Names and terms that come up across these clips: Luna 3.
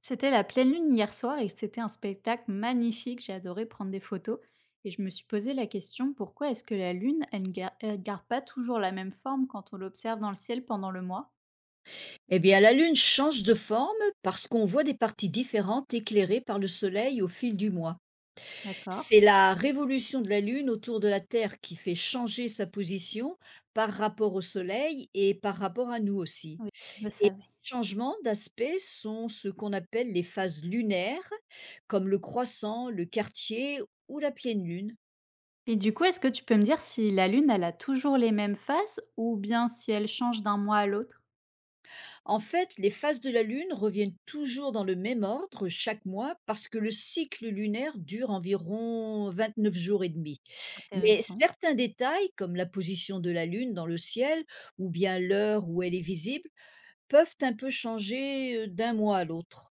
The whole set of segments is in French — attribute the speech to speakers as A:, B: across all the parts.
A: C'était la pleine lune hier soir et c'était un spectacle magnifique. J'ai adoré prendre des photos et je me suis posé la question: pourquoi est-ce que la lune, elle ne gar- elle garde pas toujours la même forme quand on l'observe dans le ciel pendant le mois?
B: Eh bien, la Lune change de forme parce qu'on voit des parties différentes éclairées par le Soleil au fil du mois.
A: D'accord.
B: C'est la révolution de la Lune autour de la Terre qui fait changer sa position par rapport au Soleil et par rapport à nous aussi.
A: Oui, je le
B: Et les
A: savais.
B: changements d'aspect sont ce qu'on appelle les phases lunaires, comme le croissant, le quartier ou la pleine Lune.
A: Et du coup, est-ce que tu peux me dire si la lune, elle a toujours les mêmes faces ou bien si elle change d'un mois à l'autre?
B: En fait, les phases de la Lune reviennent toujours dans le même ordre chaque mois parce que le cycle lunaire dure environ 29 jours et demi. Mais
A: Intéressant.
B: certains détails, comme la position de la Lune dans le ciel ou bien l'heure où elle est visible, peuvent un peu changer d'un mois à l'autre.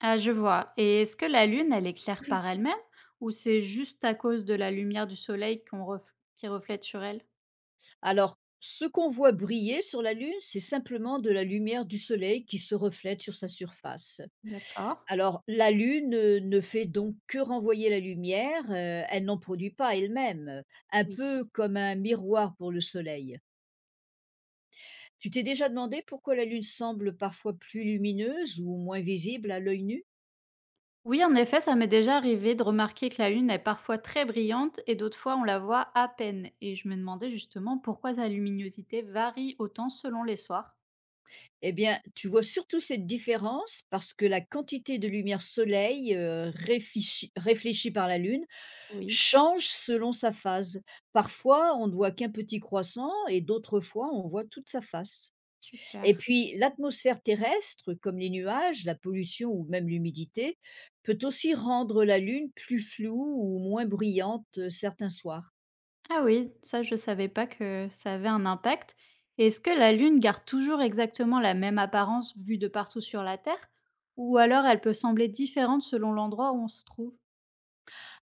A: Ah, je vois. Et est-ce que la lune, elle éclaire par elle-même ou c'est juste à cause de la lumière du soleil qui reflète sur elle?
B: Alors, ce qu'on voit briller sur la Lune, c'est simplement de la lumière du Soleil qui se reflète sur sa surface.
A: D'accord.
B: Alors, la Lune, ne fait donc que renvoyer la lumière, elle n'en produit pas elle-même, un
A: Oui.
B: peu comme un miroir pour le Soleil. Tu t'es déjà demandé pourquoi la Lune semble parfois plus lumineuse ou moins visible à l'œil nu?
A: Oui, en effet, ça m'est déjà arrivé de remarquer que la Lune est parfois très brillante et d'autres fois on la voit à peine. Et je me demandais justement pourquoi sa luminosité varie autant selon les soirs.
B: Eh bien, tu vois surtout cette différence parce que la quantité de lumière Soleil, réfichi réfléchie par la Lune
A: Oui,
B: change selon sa phase. Parfois, on ne voit qu'un petit croissant et d'autres fois, on voit toute sa face.
A: super.
B: Et puis, l'atmosphère terrestre, comme les nuages, la pollution ou même l'humidité, peut aussi rendre la Lune plus floue ou moins brillante certains soirs.
A: Ah oui, ça je savais pas que ça avait un impact. Et est-ce que la Lune garde toujours exactement la même apparence vue de partout sur la Terre, ou alors elle peut sembler différente selon l'endroit où on se trouve?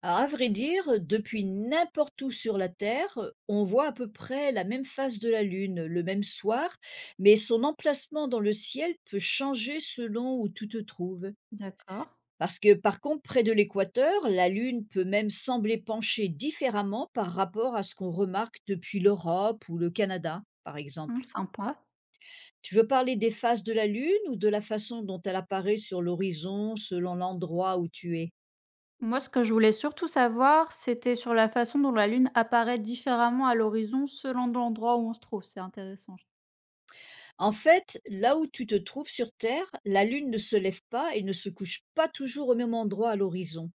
B: Alors, à vrai dire, depuis n'importe où sur la Terre, on voit à peu près la même face de la Lune le même soir, mais son emplacement dans le ciel peut changer selon où tu te trouves.
A: D'accord.
B: Parce que par contre, près de l'équateur, la Lune peut même sembler pencher différemment par rapport à ce qu'on remarque depuis l'Europe ou le Canada, par exemple.
A: Sympa.
B: Tu veux parler des phases de la Lune ou de la façon dont elle apparaît sur l'horizon selon l'endroit où tu es?
A: Moi, ce que je voulais surtout savoir, c'était sur la façon dont la Lune apparaît différemment à l'horizon selon l'endroit où on se trouve. C'est intéressant.
B: En fait, là où tu te trouves sur Terre, la Lune ne se lève pas et ne se couche pas toujours au même endroit à l'horizon,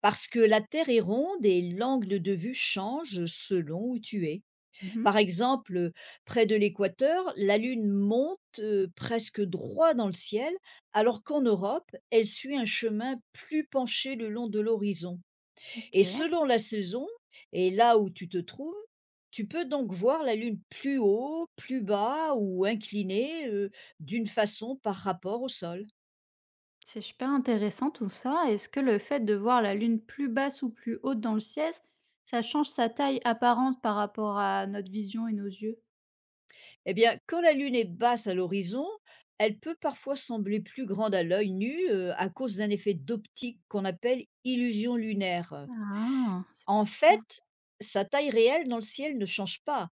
B: parce que la Terre est ronde et l'angle de vue change selon où tu es.
A: Mhm.
B: Par exemple, près de l'équateur, la lune monte, presque droit dans le ciel, alors qu'en Europe, elle suit un chemin plus penché le long de l'horizon.
A: Ok,
B: Et selon la saison et là où tu te trouves, tu peux donc voir la lune plus haut, plus bas ou inclinée, d'une façon par rapport au sol.
A: c'est super intéressant tout ça. Est-ce que le fait de voir la Lune plus basse ou plus haute dans le ciel, ça change sa taille apparente par rapport à notre vision et nos yeux?
B: Eh bien, quand la lune est basse à l'horizon, elle peut parfois sembler plus grande à l'œil nu, à cause d'un effet d'optique qu'on appelle illusion lunaire.
A: Ah, c'est
B: En
A: pour ça.
B: fait, sa taille réelle dans le ciel ne change pas,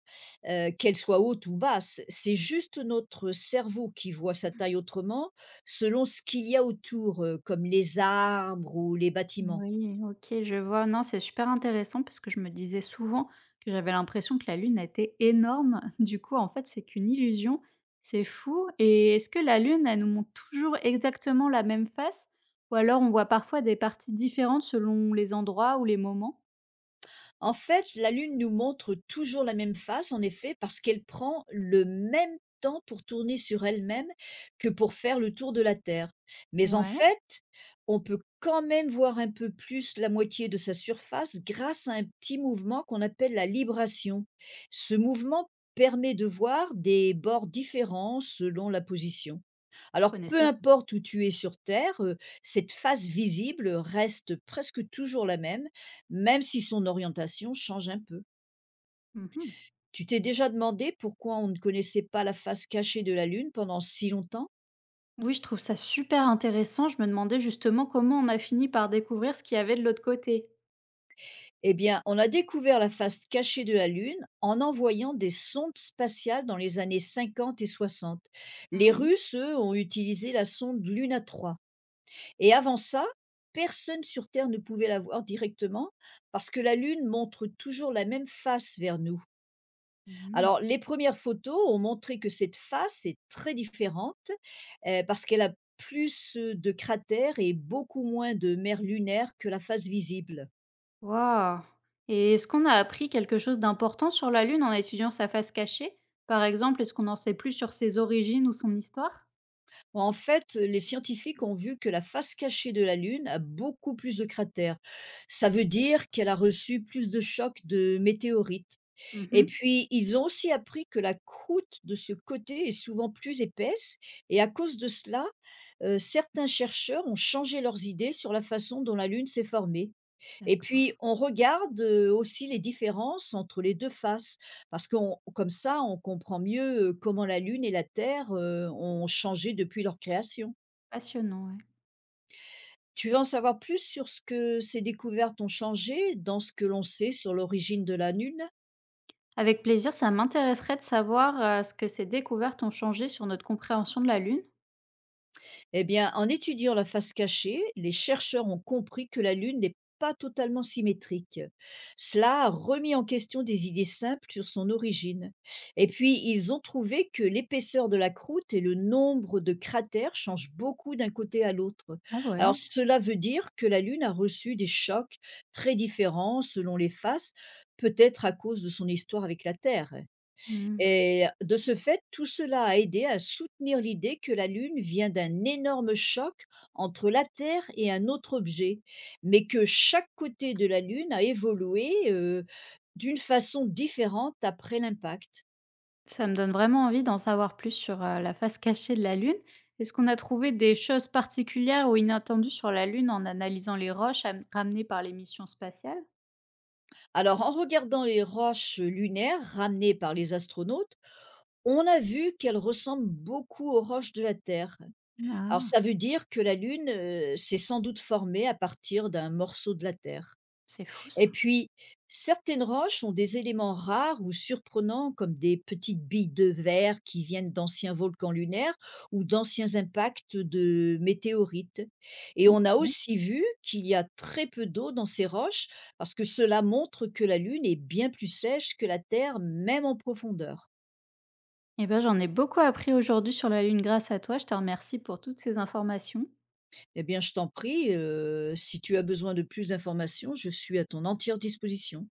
B: qu'elle soit haute ou basse. C'est juste notre cerveau qui voit sa taille autrement, selon ce qu'il y a autour, comme les arbres ou les bâtiments.
A: Oui, OK, je vois. Non, c'est super intéressant parce que je me disais souvent que j'avais l'impression que la Lune était énorme. Du coup, en fait, c'est qu'une illusion. C'est fou. Et est-ce que la Lune, elle nous montre toujours exactement la même face? Ou alors on voit parfois des parties différentes selon les endroits ou les moments?
B: En fait, la Lune nous montre toujours la même face, en effet, parce qu'elle prend le même temps pour tourner sur elle-même que pour faire le tour de la Terre. Mais en
A: Ouais,
B: fait, on peut quand même voir un peu plus la moitié de sa surface grâce à un petit mouvement qu'on appelle la libration. Ce mouvement permet de voir des bords différents selon la position.
A: je
B: Alors, peu
A: connaissais pas.
B: importe où tu es sur Terre, cette face visible reste presque toujours la même, même si son orientation change un peu.
A: Mhm.
B: Tu t'es déjà demandé pourquoi on ne connaissait pas la face cachée de la Lune pendant si longtemps?
A: Oui, je trouve ça super intéressant. Je me demandais justement comment on a fini par découvrir ce qu'il y avait de l'autre côté.
B: Eh bien, on a découvert la face cachée de la Lune en envoyant des sondes spatiales dans les années 50 et 60.
A: Ah
B: Les
A: oui.
B: Russes, eux, ont utilisé la sonde Luna 3. Et avant ça, personne sur Terre ne pouvait la voir directement parce que la Lune montre toujours la même face vers nous. Alors,
A: Mhm.
B: les premières photos ont montré que cette face est très différente parce qu'elle a plus de cratères et beaucoup moins de mer lunaire que la face visible.
A: Wow. Et est-ce qu'on a appris quelque chose d'important sur la Lune en étudiant sa face cachée? Par exemple, est-ce qu'on en sait plus sur ses origines ou son histoire?
B: En fait, les scientifiques ont vu que la face cachée de la Lune a beaucoup plus de cratères. Ça veut dire qu'elle a reçu plus de chocs de météorites. Et
A: Mhm.
B: puis, ils ont aussi appris que la croûte de ce côté est souvent plus épaisse et à cause de cela, certains chercheurs ont changé leurs idées sur la façon dont la Lune s'est formée. Et puis,
A: D'accord.
B: on regarde, aussi les différences entre les 2 faces parce qu'on comme ça, on comprend mieux, comment la Lune et la Terre, ont changé depuis leur création.
A: Passionnant, ouais.
B: Tu veux en savoir plus sur ce que ces découvertes ont changé dans ce que l'on sait sur l'origine de la Lune?
A: Avec plaisir, ça m'intéresserait de savoir ce que ces découvertes ont changé sur notre compréhension de la Lune.
B: Eh bien, en étudiant la face cachée, les chercheurs ont compris que la Lune n'est pas totalement symétrique. Cela a remis en question des idées simples sur son origine. Et puis, ils ont trouvé que l'épaisseur de la croûte et le nombre de cratères changent beaucoup d'un côté à l'autre.
A: Ah ouais.
B: Alors, cela veut dire que la Lune a reçu des chocs très différents selon les faces, peut-être à cause de son histoire avec la Terre.
A: Hmm.
B: Et de ce fait, tout cela a aidé à soutenir l'idée que la Lune vient d'un énorme choc entre la Terre et un autre objet, mais que chaque côté de la Lune a évolué d'une façon différente après l'impact.
A: Ça me donne vraiment envie d'en savoir plus sur la face cachée de la Lune. Est-ce qu'on a trouvé des choses particulières ou inattendues sur la Lune en analysant les ramenées par les missions spatiales?
B: Alors, en regardant les roches lunaires ramenées par les astronautes, on a vu qu'elles ressemblent beaucoup aux roches de la Terre. Alors,
A: Ah,
B: ça veut dire que la Lune s'est sans doute formée à partir d'un morceau de la Terre.
A: c'est fou ça.
B: Et puis, certaines roches ont des éléments rares ou surprenants comme des petites billes de verre qui viennent d'anciens volcans lunaires ou d'anciens impacts de météorites. Et on a
A: OK.
B: aussi vu qu'il y a très peu d'eau dans ces roches parce que cela montre que la Lune est bien plus sèche que la Terre, même en profondeur.
A: Eh ben, j'en ai beaucoup appris aujourd'hui sur la Lune grâce à toi. Je te remercie pour toutes ces informations.
B: Eh bien, je t'en prie, si tu as besoin de plus d'informations, je suis à ton entière disposition.